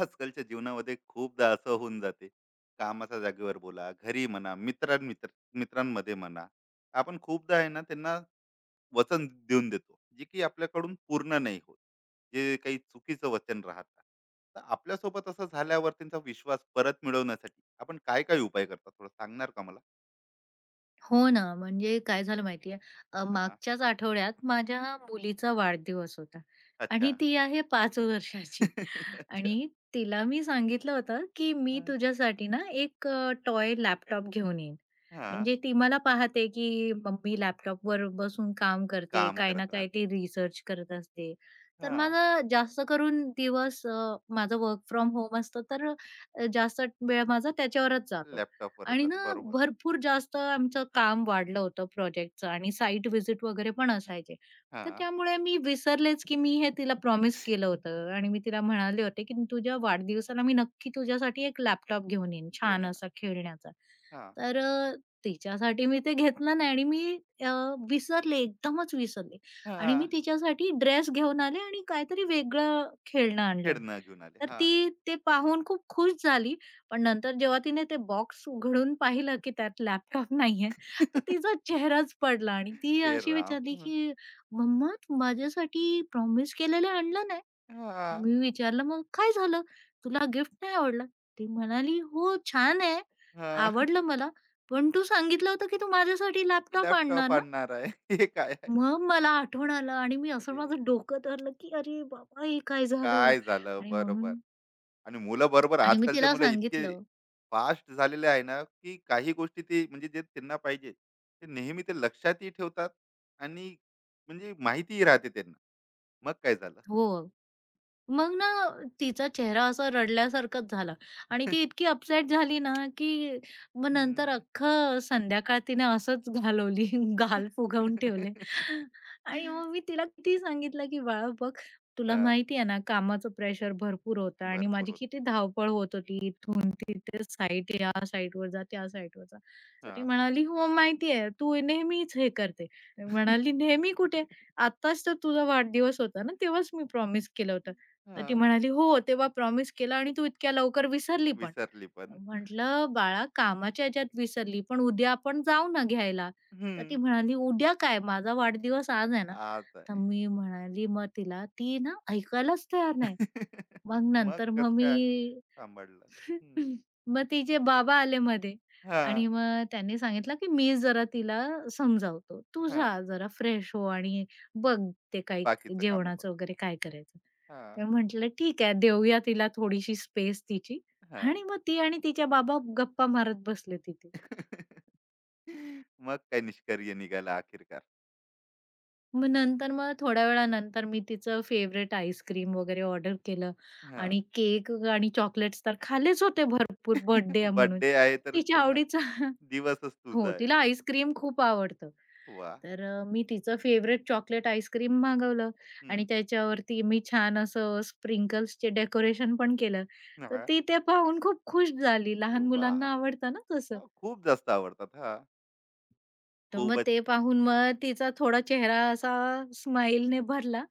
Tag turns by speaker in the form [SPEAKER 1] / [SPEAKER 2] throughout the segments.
[SPEAKER 1] आजकालच्या जीवनामध्ये खूपदा असं होऊन जाते. कामाच्या जागेवर बोला, घरी म्हणा, मित्रांमध्ये म्हणा, आपण खूपदा आहे ना त्यांना वचन देऊन देतो, जे की आपल्याकडून पूर्ण नाही होत, जे काही चुकीचं वचन राहतात. तर आपल्यासोबत असं झाल्यावर त्यांचा विश्वास परत मिळवण्यासाठी आपण काय काय उपाय करता, थोडं सांगणार का मला?
[SPEAKER 2] हो ना, म्हणजे काय झालं माहिती आहे,
[SPEAKER 1] हा.
[SPEAKER 2] मागच्याच आठवड्यात माझ्या मुलीचा वाढदिवस होता
[SPEAKER 1] अच्छा.
[SPEAKER 2] आणि ती आहे 5 वर्षाची.
[SPEAKER 1] अच्छा.
[SPEAKER 2] आणि तिला मी सांगितलं होतं, की मी
[SPEAKER 1] हं.
[SPEAKER 2] तुझ्यासाठी ना एक टॉय लॅपटॉप घेऊन येईन.
[SPEAKER 1] हा.
[SPEAKER 2] म्हणजे ती मला पाहते, की मम्मी लॅपटॉपवर बसून काम करते,
[SPEAKER 1] काम
[SPEAKER 2] काही ना
[SPEAKER 1] करत
[SPEAKER 2] काही
[SPEAKER 1] राहते.
[SPEAKER 2] ती रिसर्च करत असते. तर
[SPEAKER 1] हा.
[SPEAKER 2] माझा जास्त करून दिवस माझं वर्क फ्रॉम होम असतं, तर जास्त वेळ माझा त्याच्यावरच जातो.
[SPEAKER 1] लॅपटॉप वर
[SPEAKER 2] आणि
[SPEAKER 1] जात,
[SPEAKER 2] ना
[SPEAKER 1] बरोबर.
[SPEAKER 2] भरपूर जास्त आमचं काम वाढलं होतं प्रोजेक्टचं आणि साईट व्हिजिट वगैरे पण असायचे.
[SPEAKER 1] हा.
[SPEAKER 2] तर त्यामुळे मी विसरलेच, की मी हे तिला प्रॉमिस केलं होतं आणि मी तिला म्हणाले होते, की "तुझ्या वाढदिवसाला मी नक्की तुझ्यासाठी एक लॅपटॉप घेऊन येईन,
[SPEAKER 1] घेऊन
[SPEAKER 2] छान
[SPEAKER 1] येणार.
[SPEAKER 2] असा खेळण्याचा."
[SPEAKER 1] हा.
[SPEAKER 2] तर अ, तिच्यासाठी मी ते घेतलं नाही आणि मी अ, विसरले, एकदमच विसरले.
[SPEAKER 1] हा.
[SPEAKER 2] आणि मी तिच्यासाठी ड्रेस घेऊन आले आणि काहीतरी वेगळं खेळणं आणलं.
[SPEAKER 1] खेळणं घेऊन आले.
[SPEAKER 2] तर
[SPEAKER 1] हां.
[SPEAKER 2] ती ते पाहून खूप खुश झाली, पण नंतर जेव्हा तिने ते बॉक्स उघडून पाहिलं, की त्यात लॅपटॉप नाहीये, तर तिचा चेहराच पडला आणि ती
[SPEAKER 1] हे
[SPEAKER 2] अशी
[SPEAKER 1] राम!
[SPEAKER 2] विचारली,
[SPEAKER 1] हं.
[SPEAKER 2] की "मम्मा तू माझ्यासाठी प्रॉमिस केलेलं आणलं नाही?" तर
[SPEAKER 1] हां.
[SPEAKER 2] मी विचारलं, "मग काय झालं? तुला गिफ्ट नाही आवडलं?" ती म्हणाली, "हो छान आहे,
[SPEAKER 1] हां.
[SPEAKER 2] आवडलं मला. पण तू सांगितलं होतं, की तू माझ्यासाठी लॅपटॉप आणणार
[SPEAKER 1] लॅपटॉप
[SPEAKER 2] ना?"
[SPEAKER 1] आणणार आहे. हे काय आहे?
[SPEAKER 2] मग मला आठवण आलं आणि मी असं
[SPEAKER 1] अरे,
[SPEAKER 2] माझं डोकं धरलं, की "अरे बाबा! हे काय झालं?"
[SPEAKER 1] काय झालं?
[SPEAKER 2] आणि
[SPEAKER 1] बरोबर.
[SPEAKER 2] म्हणून
[SPEAKER 1] आणि मुलं, बरोबर,
[SPEAKER 2] आणि मी
[SPEAKER 1] आजकालचे
[SPEAKER 2] तिला
[SPEAKER 1] मुलं इतके
[SPEAKER 2] सांगितलं.
[SPEAKER 1] फास्ट झालेले आहे ना, की काही गोष्टी ते, म्हणजे जे त्यांना पाहिजे, ते नेहमी ते लक्षातही ठेवतात आणि म्हणजे माहितीही राहते त्यांना. मग काय झालं?
[SPEAKER 2] हो. मग ना, तिचा चेहरा असा रडल्यासारखाच झाला आणि ती इतकी अपसेट झाली ना, की मग नंतर
[SPEAKER 1] हं.
[SPEAKER 2] अख्खं संध्याकाळ तिने असंच घालवली, गाल फुगवून ठेवले. आणि
[SPEAKER 1] हां.
[SPEAKER 2] मग मी तिला किती सांगितलं, की "बाळा बघ, तुला माहिती आहे ना, कामाचं प्रेशर भरपूर होतं आणि
[SPEAKER 1] भरपूर
[SPEAKER 2] माझी
[SPEAKER 1] होतं.
[SPEAKER 2] किती धावपळ होत होती. इथून तिथे साईट, या साईटवर जा, त्या साईटवर जा." तर ती
[SPEAKER 1] हां.
[SPEAKER 2] म्हणाली, "हो, माहिती आहे, तू नेहमीच हे करते." मी
[SPEAKER 1] हां.
[SPEAKER 2] म्हणाली, "नेहमी कुठे? आत्ताच तर तुझा वाढदिवस होता ना, तेव्हाच मी प्रॉमिस केलं होतं." तर ती म्हणाली, "हो, तेव्हा प्रॉमिस केलं आणि तू इतक्या लवकर विसरली पण."
[SPEAKER 1] विसरली पण.
[SPEAKER 2] म्हटलं, "बाळा, कामाच्या ह्याच्यात विसरली, पण उद्या आपण जाऊ ना घ्यायला." तर
[SPEAKER 1] हं.
[SPEAKER 2] ती म्हणाली, "उद्या काय? माझा वाढदिवस आज आहे ना."
[SPEAKER 1] आज
[SPEAKER 2] तर
[SPEAKER 1] आहे.
[SPEAKER 2] मी म्हणाली मग तिला, ती ना ऐकायलाच तयार नाही. मग
[SPEAKER 1] मग
[SPEAKER 2] नंतर मग
[SPEAKER 1] कसं काय
[SPEAKER 2] मी
[SPEAKER 1] सांभाळलं? हं.
[SPEAKER 2] मग तिचे बाबा आले मध्ये आणि
[SPEAKER 1] हां.
[SPEAKER 2] मग त्यांनी सांगितलं, की "मी जरा तिला समजावतो. तू जा
[SPEAKER 1] हां.
[SPEAKER 2] जरा फ्रेश हो आणि बघ ते काही
[SPEAKER 1] बाकीचं कामं बघ.
[SPEAKER 2] जेवणाचं वगैरे काय करायचं."
[SPEAKER 1] हां.
[SPEAKER 2] तर म्हटलं, "ठीक आहे, देऊया तिला थोडीशी स्पेस तिची."
[SPEAKER 1] हां.
[SPEAKER 2] आणि मग ती आणि तिच्या बाबा गप्पा मारत बसले तिथे.
[SPEAKER 1] मग काय निष्कर्य निघाला अखेरकार?
[SPEAKER 2] मग नंतर थोड्या वेळानंतर मी तिचं फेव्हरेट आईस्क्रीम वगैरे ऑर्डर केलं आणि
[SPEAKER 1] हां.
[SPEAKER 2] केक आणि चॉकलेट्स तर खाल्लेच होते भरपूर बर्थडे म्हणून.
[SPEAKER 1] बर्थडे आहे, तर
[SPEAKER 2] तिच्या
[SPEAKER 1] पूर्ण
[SPEAKER 2] आवडीचा.
[SPEAKER 1] दिवसच तुझा
[SPEAKER 2] हो, तिला
[SPEAKER 1] आहे.
[SPEAKER 2] आईस्क्रीम खूप आवडतं.
[SPEAKER 1] वाह!
[SPEAKER 2] तर मी तिचं फेव्हरेट चॉकलेट आईस्क्रीम मागवलं
[SPEAKER 1] हं.
[SPEAKER 2] आणि त्याच्यावरती मी छान असं स्प्रिंकल्सचे डेकोरेशन पण केलं. तर
[SPEAKER 1] हां.
[SPEAKER 2] ती ते पाहून खूप खुश झाली. लहान
[SPEAKER 1] वाह!
[SPEAKER 2] मुलांना आवडतं ना तसं.
[SPEAKER 1] हां, खूप जास्त आवडतात. हां.
[SPEAKER 2] तर मग
[SPEAKER 1] खूपच.
[SPEAKER 2] ते पाहून मग तिचा थोडा चेहरा असा स्माईलने भरला.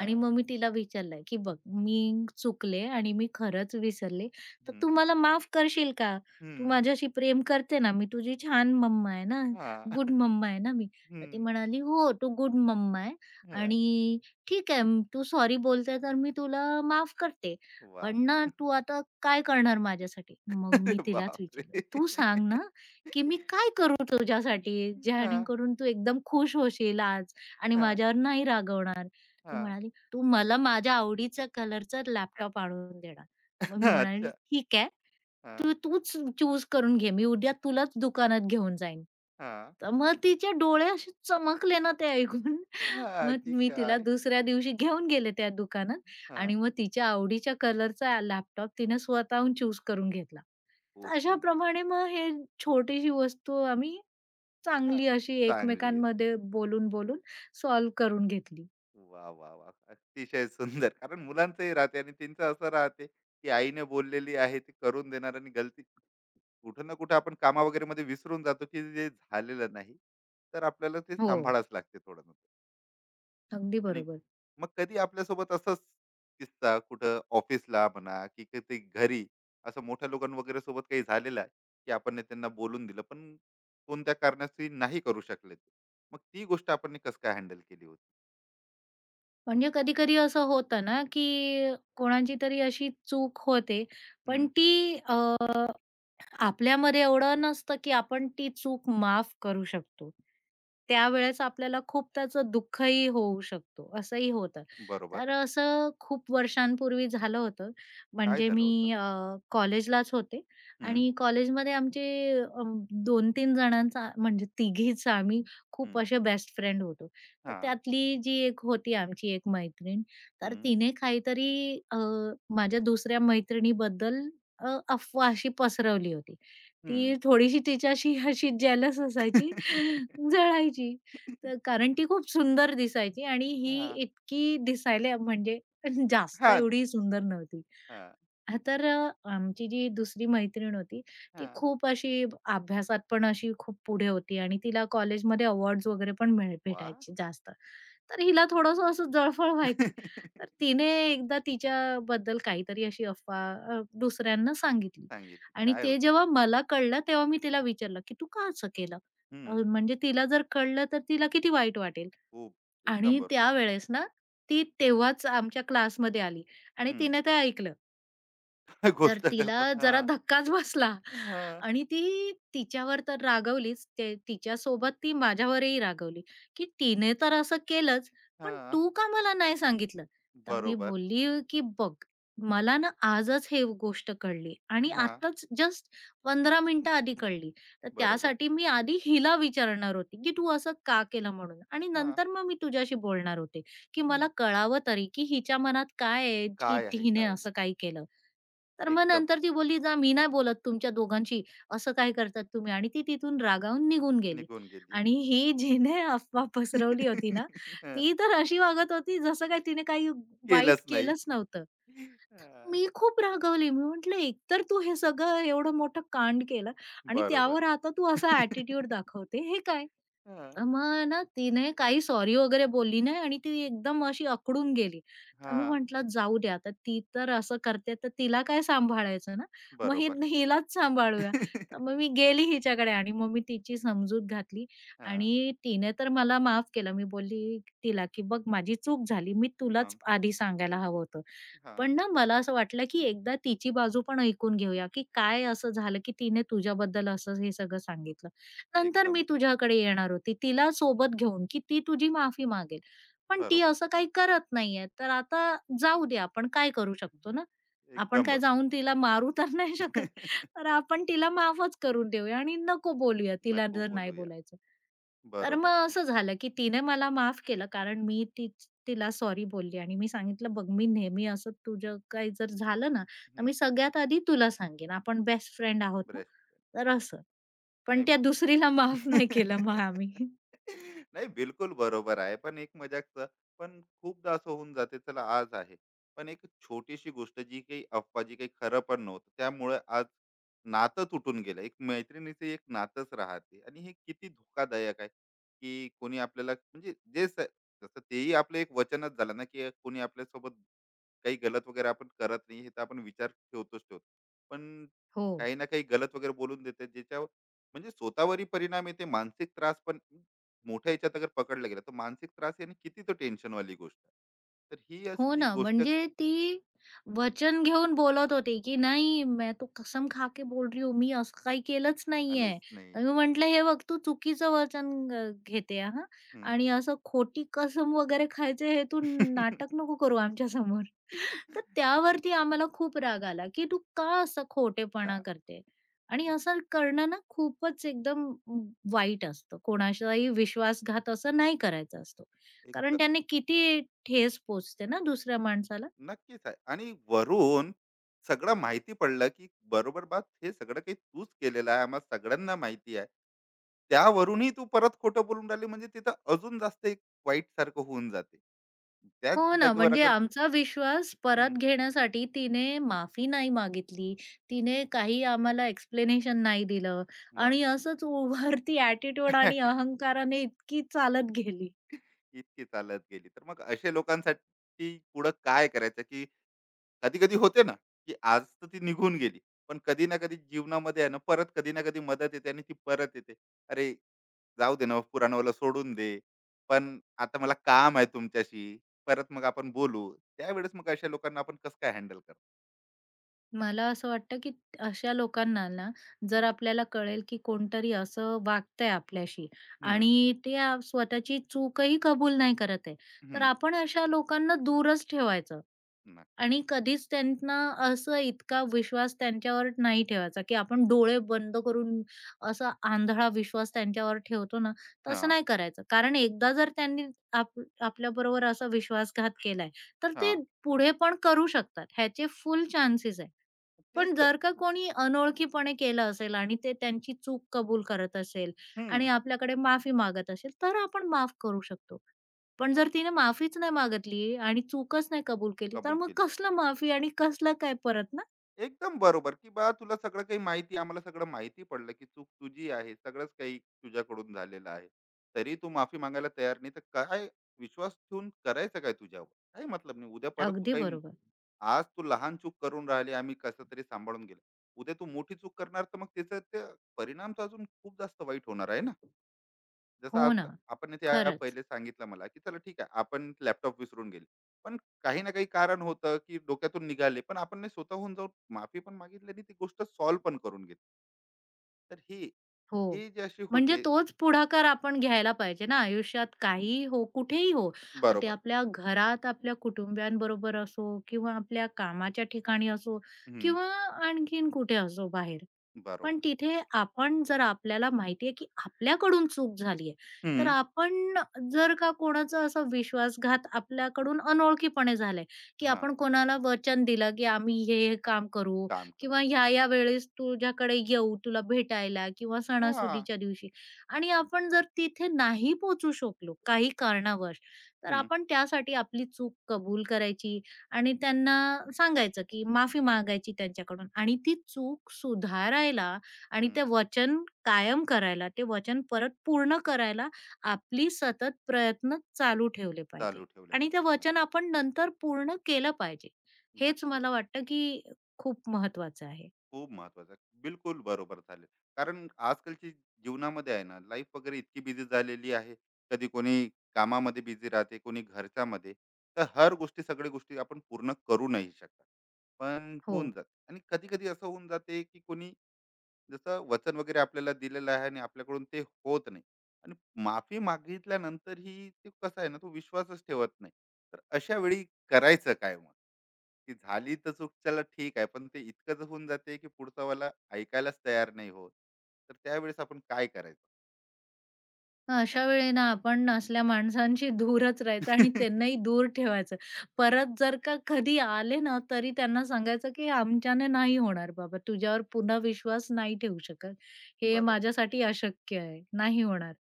[SPEAKER 2] आणि मग मी तिला विचारलं, की "बघ मी चुकले आणि मी खरंच विसरले, तर
[SPEAKER 1] हं.
[SPEAKER 2] तू मला माफ करशील का? तू
[SPEAKER 1] हं.
[SPEAKER 2] माझ्याशी प्रेम करते ना? मी तुझी छान मम्मा आहे ना,
[SPEAKER 1] हां.
[SPEAKER 2] गुड मम्मा आहे ना मी." तर
[SPEAKER 1] हं.
[SPEAKER 2] ती म्हणाली, "हो, तू गुड मम्मा आहे
[SPEAKER 1] हां.
[SPEAKER 2] आणि ठीक आहे, तू सॉरी बोलते तर मी तुला माफ करते.
[SPEAKER 1] वाह!
[SPEAKER 2] पण ना तू आता काय करणार माझ्यासाठी?" मग
[SPEAKER 1] अरे
[SPEAKER 2] मी तिलाच विचारलं,
[SPEAKER 1] बापरे!
[SPEAKER 2] "तू सांग ना, की मी काय करू तुझ्यासाठी,
[SPEAKER 1] हां,
[SPEAKER 2] जेणेकरून तू एकदम खुश होशील आज आणि
[SPEAKER 1] हां,
[SPEAKER 2] माझ्यावर नाही रागवणार. ती
[SPEAKER 1] हां.
[SPEAKER 2] म्हणाली, "तू मला माझ्या आवडीचा कलरचा लॅपटॉप आणून देणार." मग मी म्हणाली,
[SPEAKER 1] अच्छा.
[SPEAKER 2] "ठीक आहे.
[SPEAKER 1] हां,
[SPEAKER 2] तूच चूज करून घे. मी उद्या तुलाच दुकानात घेऊन जाईन."
[SPEAKER 1] हां,
[SPEAKER 2] तर मग तिचे डोळे असे चमकले ना ते ऐकून.
[SPEAKER 1] हां,
[SPEAKER 2] मग
[SPEAKER 1] की
[SPEAKER 2] मी तिला
[SPEAKER 1] काय?
[SPEAKER 2] दुसऱ्या दिवशी घेऊन गेले त्या दुकानात आणि
[SPEAKER 1] हां.
[SPEAKER 2] मग तिच्या आवडीच्या कलरचा लॅपटॉप तिने स्वतःहून चूज करून घेतला.
[SPEAKER 1] खूप सुंदर.
[SPEAKER 2] अशाप्रमाणे मग हे छोटीशी वस्तू आम्ही
[SPEAKER 1] हां,
[SPEAKER 2] चांगली अशी
[SPEAKER 1] चांगली आहे.
[SPEAKER 2] एकमेकांमध्ये बोलून-बोलून सॉल्व्ह करून घेतली.
[SPEAKER 1] वाह, वाह, वाह! अतिशय सुंदर. कारण मुलांचंही राहते आणि त्यांचं असं राहते, की आईने बोललेली आहे ती करून देणार, आणि गलती कुठं ना कुठं आपण कामा वगैरेमध्ये विसरून जातो, की जे झालेलं नाही. तर आपल्याला ते
[SPEAKER 2] हो.
[SPEAKER 1] सांभाळावंच लागते थोडं ना.
[SPEAKER 2] अगदी
[SPEAKER 1] आणि
[SPEAKER 2] बरोबर.
[SPEAKER 1] मग कधी आपल्यासोबत असंच किस्सा, कुठं ऑफिसला म्हणा की कधी घरी, असं मोठ्या लोकां वगैरे सोबत काही झालेलं आहे की आपण ने त्यांना बोलून दिलं, पण कोणत्या कारणाशी नाही करू शकले ते, मग ती गोष्ट आपण कसं काय हँडल केली होती?
[SPEAKER 2] म्हणजे कधी-कधी असं होतं ना, की कोणाची तरी अशी चूक होते, पण
[SPEAKER 1] हम्म.
[SPEAKER 2] ती आपल्यामध्ये एवढं नसतं, की आपण ती चूक माफ करू शकतो. त्यावेळेस आपल्याला खूप त्याचं दुःखही होऊ शकतो, असंही होतं.
[SPEAKER 1] बरोबर.
[SPEAKER 2] तर असं खूप वर्षांपूर्वी झालं होतं.
[SPEAKER 1] काय
[SPEAKER 2] म्हणजे
[SPEAKER 1] झालं होतं?
[SPEAKER 2] मी कॉलेजलाच होते
[SPEAKER 1] हम्म.
[SPEAKER 2] आणि कॉलेजमध्ये आमचे अ, 2-3 जणांचा म्हणजे तिघीच आम्ही खूप
[SPEAKER 1] हम्म.
[SPEAKER 2] असे बेस्ट फ्रेंड होतो. तर
[SPEAKER 1] हा.
[SPEAKER 2] त्यातली जी एक होती आमची एक मैत्रीण, तर
[SPEAKER 1] हम्म.
[SPEAKER 2] तिने काहीतरी माझ्या दुसऱ्या मैत्रिणीबद्दल अ, अफवा अशी पसरवली होती. ती
[SPEAKER 1] हम्म.
[SPEAKER 2] थोडीशी तिच्याशी अशी जेलस असायची, जळायची. तर कारण ती खूप सुंदर दिसायची आणि ही
[SPEAKER 1] हा.
[SPEAKER 2] इतकी दिसायला म्हणजे जास्त
[SPEAKER 1] हा.
[SPEAKER 2] एवढी सुंदर नव्हती.
[SPEAKER 1] हा.
[SPEAKER 2] हां, तर आमची जी दुसरी मैत्रीण होती, ती
[SPEAKER 1] हा.
[SPEAKER 2] खूप अशी अभ्यासात पण अशी खूप पुढे होती आणि तिला कॉलेजमध्ये अवॉर्ड्स वगैरे पण मिळ
[SPEAKER 1] वा.
[SPEAKER 2] भेटायचे जास्त. तर हिला थोडंसं असं जळफळ व्हायची. तर तिने एकदा तिच्याबद्दल काहीतरी अशी अफवा दुसऱ्यांना सांगितली
[SPEAKER 1] सांगितली
[SPEAKER 2] आणि
[SPEAKER 1] काय
[SPEAKER 2] ते
[SPEAKER 1] होती?
[SPEAKER 2] जेव्हा मला कळलं, तेव्हा मी तिला विचारलं, की "तू का असं केलं?"
[SPEAKER 1] हम्म.
[SPEAKER 2] म्हणजे तिला जर कळलं तर तिला किती वाईट वाटेल.
[SPEAKER 1] खूप, एकदम
[SPEAKER 2] आणि
[SPEAKER 1] बरोबर.
[SPEAKER 2] त्यावेळेस ना, ती तेव्हाच आमच्या क्लासमध्ये आली आणि
[SPEAKER 1] हम्म.
[SPEAKER 2] तिने ते ऐकलं. तर
[SPEAKER 1] गोष्ट
[SPEAKER 2] तिला
[SPEAKER 1] करतात, हा.
[SPEAKER 2] जरा धक्काच बसला
[SPEAKER 1] हां,
[SPEAKER 2] आणि ती तिच्यावर तर रागवलीच. ते तिच्यासोबत ती माझ्यावरही रागवली, की "तिने तर असं केलंच, पण
[SPEAKER 1] हां.
[SPEAKER 2] तू का मला नाही सांगितलं?" तर मी
[SPEAKER 1] बरोबर.
[SPEAKER 2] बोलली की "बघ, मला ना आजच हे गोष्ट कळली आणि
[SPEAKER 1] हां,
[SPEAKER 2] आत्ताच जस्ट 15 मिनिटं आधी कळली. तर
[SPEAKER 1] बरोबर.
[SPEAKER 2] त्यासाठी मी आधी हिला विचारणार होती, की तू असं का केलं म्हणून आणि
[SPEAKER 1] हां.
[SPEAKER 2] नंतर मग मी तुझ्याशी बोलणार होते, की
[SPEAKER 1] हं.
[SPEAKER 2] मला कळावं तरी की हिच्या मनात काय आहे, की
[SPEAKER 1] काय आहे,
[SPEAKER 2] हिने
[SPEAKER 1] काय नाही.
[SPEAKER 2] असं काही केलं?" तर मग
[SPEAKER 1] एकदम.
[SPEAKER 2] नंतर ती बोलली, "जा मी नाही बोलत तुमच्या दोघांशी, असं काय करतात तुम्ही?" आणि ती तिथून रागावून निघून गेली.
[SPEAKER 1] निघून गेली.
[SPEAKER 2] आणि ही जिने अफवा पसरवली होती ना,
[SPEAKER 1] हं.
[SPEAKER 2] ती तर अशी वागत होती जसं काही तिने काही वाईट
[SPEAKER 1] केलंच नाही.
[SPEAKER 2] केलंच नव्हतं.
[SPEAKER 1] हां.
[SPEAKER 2] मी खूप रागावली. मी म्हटलं, "एकतर तू हे सगळं एवढं मोठं कांड केलं आणि
[SPEAKER 1] बरोबर.
[SPEAKER 2] त्यावर आता तू असा ॲटिट्यूड दाखवते, हे काय?"
[SPEAKER 1] हां,
[SPEAKER 2] मग ना तिने काही सॉरी वगैरे बोलली नाही आणि ती एकदम अशी अकडून गेली. तर मी
[SPEAKER 1] हां,
[SPEAKER 2] म्हटलं जाऊ द्या आता ती तर असं करते तर तिला काय सांभाळायचं ना. मग
[SPEAKER 1] बरोबर.
[SPEAKER 2] हिलाच सांभाळूया. तर मग मी गेली हिच्याकडे आणि मग मी तिची समजूत घातली
[SPEAKER 1] हां,
[SPEAKER 2] आणि तिने तर मला माफ केलं. मी बोलली तिला, की "बघ माझी चूक झाली. मी तुलाच
[SPEAKER 1] हां,
[SPEAKER 2] आधी सांगायला हवं होतं."
[SPEAKER 1] हां.
[SPEAKER 2] पण ना मला असं वाटलं, की एकदा तिची बाजू पण ऐकून घेऊया, की काय असं झालं, की तिने तुझ्याबद्दल असं हे सगळं सांगितलं. नंतर
[SPEAKER 1] एकदम
[SPEAKER 2] मी तुझ्याकडे येणार होती, तिला सोबत घेऊन, की ती तुझी माफी मागेल. पण ती
[SPEAKER 1] बरोबर.
[SPEAKER 2] असं काही करत नाहीये, तर आता जाऊ दे आपण काय करू शकतो ना? आपण
[SPEAKER 1] एकदम
[SPEAKER 2] काय
[SPEAKER 1] बरोबर.
[SPEAKER 2] जाऊन तिला मारू तर नाही शकत. तर आपण तिला माफच करून देऊया आणि नको बोलूया तिला
[SPEAKER 1] नको
[SPEAKER 2] जर नाही
[SPEAKER 1] बोलूया.
[SPEAKER 2] बोलायचं. तर
[SPEAKER 1] बरोबर.
[SPEAKER 2] मग असं झालं, की तिने मला माफ केलं कारण मी तीच तिला सॉरी बोलली आणि मी सांगितलं, "बघ मी नेहमी असं तुझं काही जर झालं ना, तर
[SPEAKER 1] हं.
[SPEAKER 2] मी सगळ्यात आधी तुला सांगेन. आपण बेस्ट फ्रेंड आहोत ना."
[SPEAKER 1] ब्रेस्ट.
[SPEAKER 2] तर असं. पण
[SPEAKER 1] नाही.
[SPEAKER 2] त्या दुसरीला माफ नाही केलं मग आम्ही.
[SPEAKER 1] नाही, बिलकुल बरोबर आहे. पण एक मजाकच. पण खूपदा असं होऊन जाते, चला आज आहे. पण एक छोटीशी गोष्ट, जी काही अफवा, जी काही खरं पण नव्हतं, त्यामुळे आज नातं तुटून गेलं. एक मैत्रिणीचं एक नातंच राहते, आणि हे किती धोकादायक आहे, की कोणी आपल्याला, म्हणजे जे स जसं तेही आपलं एक वचनच झालं ना, की कोणी आपल्यासोबत काही गलत वगैरे आपण करत नाही, हे तर आपण विचार ठेवतोच ठेवतो, पण
[SPEAKER 2] हो.
[SPEAKER 1] काही ना काही गलत वगैरे बोलून देते, ज्याच्यावर म्हणजे स्वतःवरही परिणाम येते, मानसिक त्रास पण, मोठ्या याच्यात अगर पकडला गेला तर मानसिक त्रास, याने किती तो टेन्शन वाली गोष्ट आहे. तर ही अशी
[SPEAKER 2] हो
[SPEAKER 1] जी
[SPEAKER 2] ना.
[SPEAKER 1] गोष्ट
[SPEAKER 2] म्हणजे ती वचन घेऊन बोलत होती, की "नाही, मैं तो कसम खा के बोल रही हूँ, मी असं काही केलंच नाहीये."
[SPEAKER 1] घालायच नाही
[SPEAKER 2] तर
[SPEAKER 1] आहे.
[SPEAKER 2] मी म्हटलं, "हे बघ, तू चुकीचं वचन घेते हां
[SPEAKER 1] हम्म.
[SPEAKER 2] आणि असं खोटी कसम वगैरे खायचे हे तू नाटक नको करू आमच्यासमोर." तर त्यावरती आम्हाला खूप राग आला, की "तू का असा
[SPEAKER 1] का.
[SPEAKER 2] खोटेपणा करते?" आणि असं करणं ना खूपच एकदम वाईट असतं. कोणाचाही विश्वासघात असं नाही करायचा असतो. कारण
[SPEAKER 1] एक.
[SPEAKER 2] त्याने किती ठेस पोचते ना दुसऱ्या माणसाला.
[SPEAKER 1] नक्कीच आहे, आणि वरून सगळं माहिती पडलं की बरोबर, बा हे सगळं काही तूच केलेलं आहे, आम्हाला सगळ्यांना माहिती आहे, त्यावरूनही तू परत खोटं बोलून राहिली, म्हणजे तिथं अजून जास्त एक वाईट सारखं होऊन जाते. त्याच
[SPEAKER 2] हो ना.
[SPEAKER 1] जागेवर
[SPEAKER 2] म्हणजे
[SPEAKER 1] अगर.
[SPEAKER 2] आमचा विश्वास
[SPEAKER 1] हं.
[SPEAKER 2] परत घेण्यासाठी तिने माफी नाही मागितली. तिने काही आम्हाला एक्सप्लेनेशन नाही दिलं
[SPEAKER 1] मग.
[SPEAKER 2] आणि असंच उभारती ॲटिट्यूड आणि अहंकाराने इतकी चालत गेली.
[SPEAKER 1] इतकी चालत गेली. तर मग अशा लोकांसाठी पुढं काय करायचं, की कधी-कधी होते ना, की आज तर ती निघून गेली. पण कधी ना कधी जीवनामध्ये आहे ना, परत कधी ना कधी मदत येते आणि ती परत येते. "अरे, जाऊ दे ना, पुराणावाला सोडून दे. पण आता मला काम आहे तुमच्याशी. परत मग आपण बोलू." त्यावेळेस मग अशा लोकांना आपण कसं काय हँडल करतो?
[SPEAKER 2] मला असं वाटतं, की अशा लोकांना ना,
[SPEAKER 1] हं.
[SPEAKER 2] जर आपल्याला कळेल, की कोणतरी असं वागतंय आपल्याशी
[SPEAKER 1] हं.
[SPEAKER 2] आणि ते स्वतःची चूकही कबूल नाही करत आहे, तर
[SPEAKER 1] हं.
[SPEAKER 2] आपण अशा लोकांना दूरच ठेवायचं.
[SPEAKER 1] नक्की.
[SPEAKER 2] आणि कधीच त्यांना असं इतका विश्वास त्यांच्यावर नाही ठेवायचा, की आपण डोळे बंद करून असा आंधळा विश्वास त्यांच्यावर ठेवतो ना, तसं
[SPEAKER 1] हां.
[SPEAKER 2] नाही करायचं. कारण एकदा जर त्यांनी आपल्याबरोबर असा विश्वासघात केलाय, तर ते
[SPEAKER 1] हां.
[SPEAKER 2] पुढे पण करू शकतात. ह्याचे फुल चान्सेस आहे.
[SPEAKER 1] तेच
[SPEAKER 2] पण
[SPEAKER 1] तर.
[SPEAKER 2] जर का कोणी अनोळखीपणे केलं असेल आणि ते त्यांची चूक कबूल करत असेल
[SPEAKER 1] हं.
[SPEAKER 2] आणि आपल्याकडे माफी मागत असेल, तर आपण माफ करू शकतो. पण
[SPEAKER 1] हो,
[SPEAKER 2] जर तिने माफीच नाही मागितली आणि चूकच नाही कबूल केली, तर
[SPEAKER 1] कबूल
[SPEAKER 2] मग
[SPEAKER 1] केली.
[SPEAKER 2] कसलं माफी आणि कसलं काय परत ना?
[SPEAKER 1] एकदम बरोबर, की बा तुला सगळं काही माहिती, आम्हाला सगळं माहिती पडलं, की चूक तुझी आहे. सगळंच काही तुझ्याकडून झालेलं आहे. तरी तू माफी मागायला तयार नाही, तर काय विश्वास ठेवून करायचं काय तुझ्यावर? काही मतलब नाही. उद्या परत तू
[SPEAKER 2] अगदी
[SPEAKER 1] काही.
[SPEAKER 2] बरोबर.
[SPEAKER 1] आज तू लहान चूक करून राहिली, आम्ही कसं तरी सांभाळून गेलो. उद्या तू मोठी चूक करणार, तर मग त्याचा ते परिणाम तर अजून खूप जास्त वाईट होणार आहे ना. जसं
[SPEAKER 2] हो ना.
[SPEAKER 1] आप- आपण त्या
[SPEAKER 2] खरंच.
[SPEAKER 1] पहिले सांगितलं मला, की चला ठीक आहे, आपण लॅपटॉप विसरून गेले, पण काही ना काही कारण होतं की डोक्यातून निघाले, पण आपण नाही, स्वतःहून जाऊन माफी पण मागितली आणि ती गोष्ट सॉल्व्ह पण करून घेतली, तर हे,
[SPEAKER 2] हो.
[SPEAKER 1] हे जे अशी
[SPEAKER 2] म्हणजे
[SPEAKER 1] होते.
[SPEAKER 2] तोच पुढाकार आपण घ्यायला पाहिजे ना आयुष्यात काहीही हो, कुठेही हो. ते
[SPEAKER 1] बरोबर.
[SPEAKER 2] आपल्या घरात आपल्या कुटुंबियांबरोबर असो किंवा आपल्या कामाच्या ठिकाणी असो
[SPEAKER 1] हम्म.
[SPEAKER 2] किंवा आणखीन कुठे असो बाहेर.
[SPEAKER 1] बरोबर.
[SPEAKER 2] पण तिथे आपण जर आपल्याला माहिती आहे, की आपल्याकडून चूक झाली, तर
[SPEAKER 1] हम्म.
[SPEAKER 2] आपण जर का कोणाचा असा विश्वासघात आपल्याकडून अनोळखीपणे झालाय, की
[SPEAKER 1] हा.
[SPEAKER 2] आपण कोणाला वचन दिलं, की आम्ही हे, हे काम करू
[SPEAKER 1] काम करू.
[SPEAKER 2] किंवा ह्या-ह्या वेळेस तुझ्याकडे येऊ तुला भेटायला किंवा
[SPEAKER 1] हा.
[SPEAKER 2] सणासुदीच्या दिवशी आणि आपण जर तिथे नाही पोहोचू शकलो काही कारणावश, तर
[SPEAKER 1] हम्म.
[SPEAKER 2] आपण त्यासाठी आपली चूक कबूल करायची आणि त्यांना सांगायचं की माफी मागायची त्यांच्याकडून आणि ती चूक सुधारायला आणि
[SPEAKER 1] हम्म.
[SPEAKER 2] ते वचन कायम करायला, ते वचन परत पूर्ण करायला आपली सतत प्रयत्न चालू ठेवले पाहिजे
[SPEAKER 1] चालू ठेवलं
[SPEAKER 2] आणि ते
[SPEAKER 1] पाहिजे.
[SPEAKER 2] वचन आपण नंतर पूर्ण केलं पाहिजे. हेच
[SPEAKER 1] नक्कीच.
[SPEAKER 2] मला वाटतं की खूप महत्वाचं आहे.
[SPEAKER 1] खूप महत्वाचं आहे. बिलकुल बरोबर झाले. कारण आजकालची जीवनामध्ये आहे ना, लाईफ वगैरे इतकी बिझी झालेली आहे. कधी कोणी कामामध्ये बिझी राहते, कोणी घरच्यामध्ये. तर हर गोष्टी, सगळ्या गोष्टी आपण पूर्ण करू नाही शकत. पण
[SPEAKER 2] हो.
[SPEAKER 1] होऊन जाते, आणि कधी-कधी असं होऊन जाते, की कोणी, जसं वचन वगैरे आपल्याला दिलेलं आहे आणि आपल्याकडून ते होत नाही, आणि माफी मागितल्यानंतरही ते कसं आहे ना, तो विश्वासच ठेवत नाही. तर अशा वेळी करायचं काय मग? की झाली तर चूक, चला ठीक आहे, पण ते इतकंच होऊन जाते की पुढचा वाला ऐकायलाच तयार नाही होत. तर त्यावेळेस आपण काय करायचं?
[SPEAKER 2] मग अशा वेळेला आपण असल्या माणसांशी दूरच राहायचं आणि त्यांनाही दूर ठेवायचं. परत जर का कधी आले ना, तरी त्यांना सांगायचं, की "आमच्याने नाही होणार बाबा, तुझ्यावर पुन्हा विश्वास नाही ठेवू शकत. हे
[SPEAKER 1] बरोबर.
[SPEAKER 2] माझ्यासाठी अशक्य आहे, नाही होणार."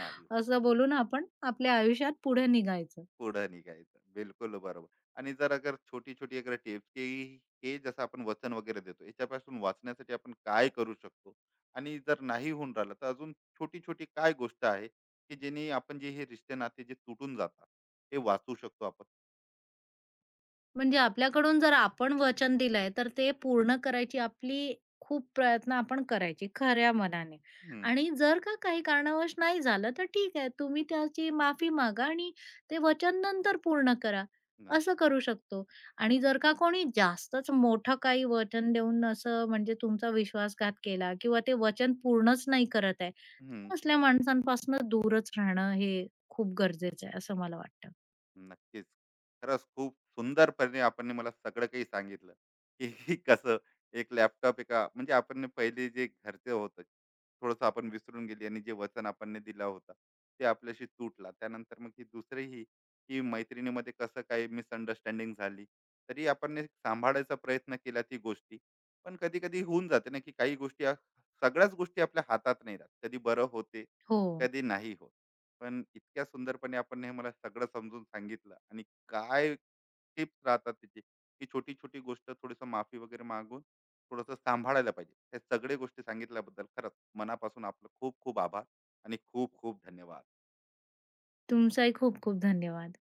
[SPEAKER 1] नाही होत.
[SPEAKER 2] असं बोलून आपण आपल्या आयुष्यात पुढे निघायचं.
[SPEAKER 1] पुढं निघायचं. बिलकुल बरोबर. आणि जर अगर छोटी-छोटी अगर टिप्स, की हे जसं आपण वचन वगैरे देतो, याच्यापासून वाचण्यासाठी आपण काय करू शकतो? आणि जर नाही होऊन राहिलं, तर अजून छोटी-छोटी काय गोष्ट आहे, की जेणे आपण जे हे रिश्ते नाते जे तुटून जातात, ते वाचू शकतो आपण?
[SPEAKER 2] म्हणजे आपल्याकडून जर आपण वचन दिलंय, तर ते पूर्ण करायची आपली खूप प्रयत्न आपण करायची खऱ्या मनाने
[SPEAKER 1] हं.
[SPEAKER 2] आणि जर का काही कारणावश नाही झालं, तर ठीक आहे. तुम्ही त्याची माफी मागा आणि ते वचन नंतर पूर्ण करा.
[SPEAKER 1] नंतर.
[SPEAKER 2] असं करू शकतो. आणि जर का कोणी जास्तच मोठं काही वचन देऊन असं म्हणजे तुमचा विश्वासघात केला किंवा ते वचन पूर्णच नाही करत आहे,
[SPEAKER 1] हं.
[SPEAKER 2] तर असल्या माणसांपासून दूरच राहणं हे खूप गरजेचं आहे, असं मला वाटतं.
[SPEAKER 1] नक्कीच. खरंच खूप सुंदरपणे आपण मला सगळं काही सांगितलं, की कसं एक लॅपटॉप एका, म्हणजे आपण पहिले जे घरचं होतं, थोडंसं आपण विसरून गेली आणि जे वचन आपण दिला होता, ते आपल्याशी तुटला. त्यानंतर मग ही दुसरीही की मैत्रिणीमध्ये कसं काही मिसअंडरस्टँडिंग झाली, तरी आपण एक सांभाळायचा प्रयत्न केला ती गोष्टी. पण कधी-कधी होऊन जाते ना, की काही गोष्टी या-, सगळ्याच गोष्टी आपल्या हातात नाही राहत. कधी बरं होते,
[SPEAKER 2] हो.
[SPEAKER 1] कधी नाही होत. पण इतक्या सुंदरपणे आपण हे मला सगळं समजून सांगितलं आणि काय टिप्स राहतात त्याची, की छोटी छोटी गोष्ट थोडीसं माफी वगैरे मागून थोडंसं सांभाळायला पाहिजे, हे सगळे गोष्टी सांगितल्याबद्दल खरंच मनापासून आपलं खूप खूप आभार आणि खूप खूप धन्यवाद.
[SPEAKER 2] तुमचाही खूप खूप धन्यवाद.